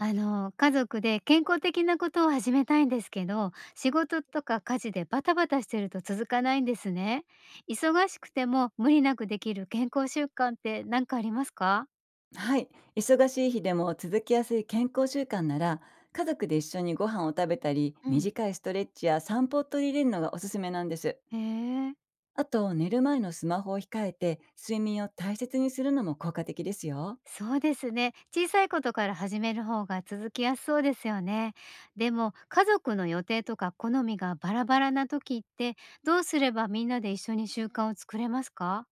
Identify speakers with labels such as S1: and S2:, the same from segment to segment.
S1: 家族で健康的なことを始めたいんですけど、仕事とか家事でバタバタしてると続かないんですね。忙しくても無理なくできる健康習慣って何かありますか？
S2: はい。忙しい日でも続きやすい健康習慣なら、家族で一緒にご飯を食べたり、
S1: うん、
S2: 短いストレッチや散歩を取り入れるのがおすすめなんです。
S1: へえ、
S2: あと、寝る前のスマホを控えて、睡眠を大切にするのも効果的ですよ。
S1: そうですね。小さいことから始める方が続きやすそうですよね。でも、家族の予定とか好みがバラバラな時って、どうすればみんなで一緒に習慣を作れますか？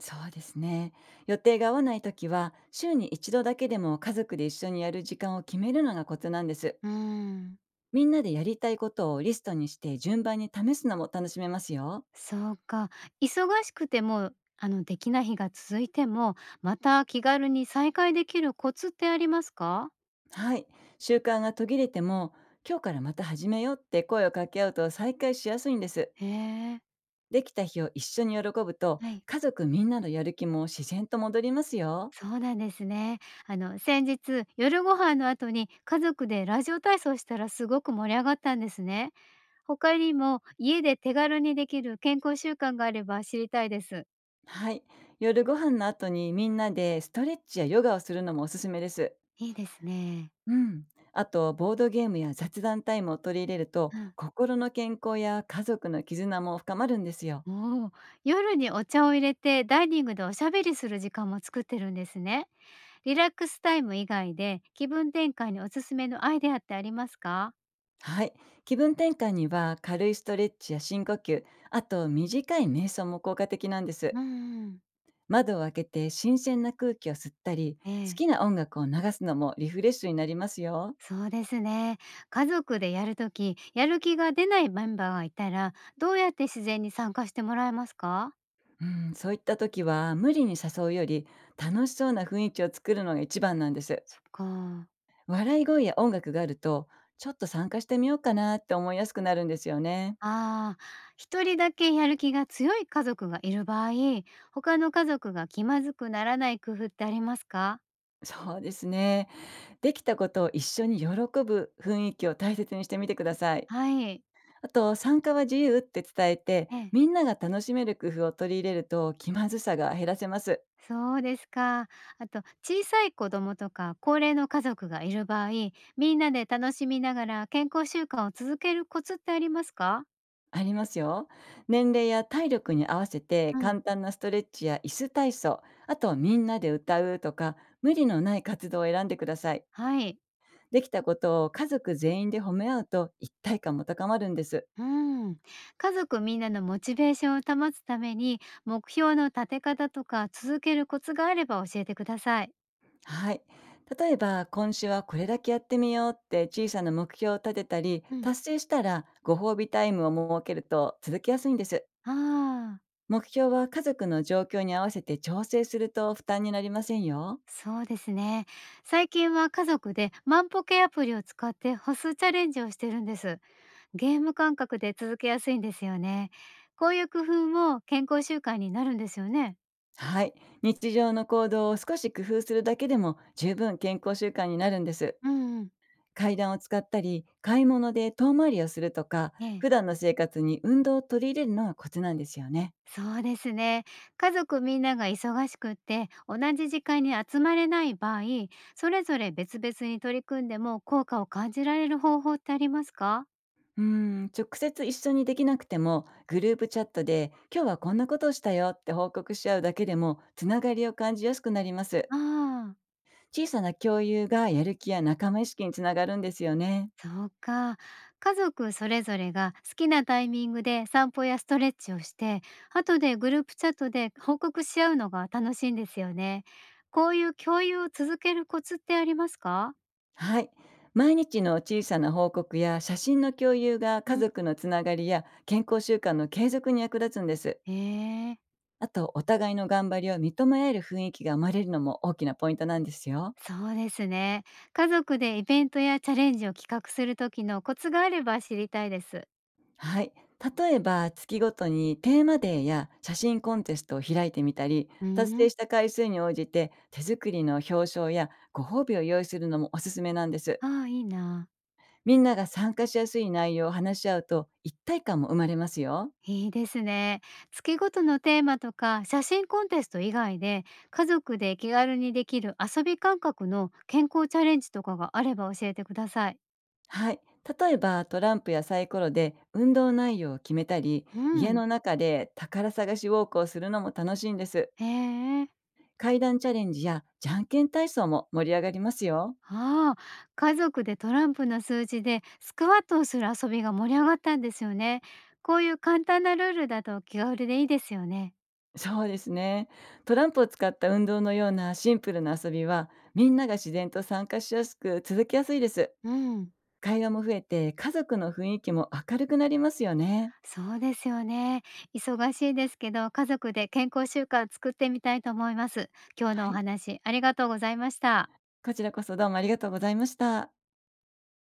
S2: そうですね。予定が合わないときは、週に一度だけでも家族で一緒にやる時間を決めるのがコツなんです。
S1: うん。
S2: みんなでやりたいことをリストにして順番に試すのも楽しめますよ。
S1: そうか。忙しくても、できない日が続いても、また気軽に再開できるコツってありますか？
S2: はい。習慣が途切れても、今日からまた始めようって声を掛け合うと再開しやすいんです。
S1: へえ、
S2: できた日を一緒に喜ぶと、
S1: はい。
S2: 家族みんなのやる気も自然と戻りますよ。
S1: そうなんですね。先日、夜ご飯の後に家族でラジオ体操したらすごく盛り上がったんですね。他にも家で手軽にできる健康習慣があれば知りたいです。
S2: はい。夜ご飯の後にみんなでストレッチやヨガをするのもおすすめです。
S1: いいですね。
S2: うん。あと、ボードゲームや雑談タイムを取り入れると、
S1: うん。
S2: 心の健康や家族の絆も深まるんですよ。
S1: おお、夜にお茶を入れてダイニングでおしゃべりする時間も作ってるんですね。リラックスタイム以外で気分転換におすすめのアイデアってありますか？
S2: はい。気分転換には軽いストレッチや深呼吸、あと短い瞑想も効果的なんで
S1: う
S2: す。
S1: ん。
S2: 窓を開けて新鮮な空気を吸ったり、
S1: え
S2: 好
S1: え、
S2: きな音楽を流すのもリフレッシュになりますよ。
S1: そうですね。家族でやるときやる気が出ないメンバーがいたら、どうやって自然に参加してもらえますか？
S2: うん、そういった時は無理に誘うより、楽しそうな雰囲気を作るのが一番なんです。
S1: そっか。
S2: 笑い声や音楽があると、ちょっと参加してみようかなって思いやすくなるんですよね。
S1: ああ、一人だけやる気が強い家族がいる場合、他の家族が気まずくならない工夫ってありますか？
S2: そうですね。できたことを一緒に喜ぶ雰囲気を大切にしてみてください。
S1: はい。
S2: あと、参加は自由って伝えて、
S1: ええ。
S2: みんなが楽しめる工夫を取り入れると気まずさが減らせます。
S1: そうですか。あと、小さい子供とか高齢の家族がいる場合、みんなで楽しみながら健康習慣を続けるコツってありますか？
S2: ありますよ。年齢や体力に合わせて
S1: うん。
S2: 簡単なストレッチや椅子体操、あとはみんなで歌うとか、無理のない活動を選んでください。
S1: はい。
S2: できたことを家族全員で褒め合うと一体感も高まるんです。
S1: うん。家族みんなのモチベーションを保つために、目標の立て方とか続けるコツがあれば教えてください。
S2: はい。例えば、今週はこれだけやってみようって小さな目標を立てたり、
S1: うん。
S2: 達成したらご褒美タイムを設けると続きやすいんです。
S1: ああ、
S2: 目標は家族の状況に合わせて調整すると負担になりませんよ。
S1: そうですね。最近は家族で万歩計アプリを使って歩数チャレンジをしてるんです。ゲーム感覚で続けやすいんですよね。こういう工夫も健康習慣になるんですよね。
S2: はい。日常の行動を少し工夫するだけでも十分健康習慣になるんです。
S1: うんうん。
S2: 階段を使ったり、買い物で遠回りをするとか、
S1: ええ、
S2: 普段の生活に運動を取り入れるのがコツなんですよね。
S1: そうですね。家族みんなが忙しくって同じ時間に集まれない場合、それぞれ別々に取り組んでも効果を感じられる方法ってありますか？
S2: うん、直接一緒にできなくても、グループチャットで今日はこんなことをしたよって報告し合うだけでも、つながりを感じやすくなります。
S1: ああー。
S2: 小さな共有がやる気や仲間意識につながるんですよね。
S1: そうか。家族それぞれが好きなタイミングで散歩やストレッチをして、後でグループチャットで報告し合うのが楽しいんですよね。こういう共有を続けるコツってありますか？
S2: はい。毎日の小さな報告や写真の共有が
S1: う
S2: 家
S1: ん、
S2: 族のつながりや健康習慣の継続に役立つんです。
S1: ええ。
S2: あと、お互いの頑張りを認め合える雰囲気が生まれるのも大きなポイントなんですよ。
S1: そうですね。家族でイベントやチャレンジを企画する時のコツがあれば知りたいです。
S2: はい。例えば、月ごとにテーマデーや写真コンテストを開いてみたり、
S1: う
S2: 達成
S1: ん。
S2: した回数に応じて手作りの表彰やご褒美を用意するのもおすすめなんです。
S1: ああ、いいな。
S2: みんなが参加しやすい内容を話し合うと一体感も生まれますよ。
S1: いいですね。月ごとのテーマとか写真コンテスト以外で家族で気軽にできる遊び感覚の健康チャレンジとかがあれば教えてください。
S2: はい。例えば、トランプやサイコロで運動内容を決めたり、
S1: う
S2: 家
S1: ん。
S2: の中で宝探しウォークをするのも楽しいんです。
S1: へえ。
S2: 階段チャレンジやじゃんけん体操も盛り上がりますよ。
S1: ああ、家族でトランプの数字でスクワットをする遊びが盛り上がったんですよね。こういう簡単なルールだと気軽でいいですよね。
S2: そうですね。トランプを使った運動のようなシンプルな遊びは、みんなが自然と参加しやすく続きやすいです。
S1: うん。
S2: 会話も増えて家族の雰囲気も明るくなりますよね。
S1: そうですよね。忙しいですけど家族で健康習慣を作ってみたいと思います。今日の
S2: は
S1: お
S2: い。
S1: 話ありがとうございました。
S2: こちらこそ、どうもありがとうございました。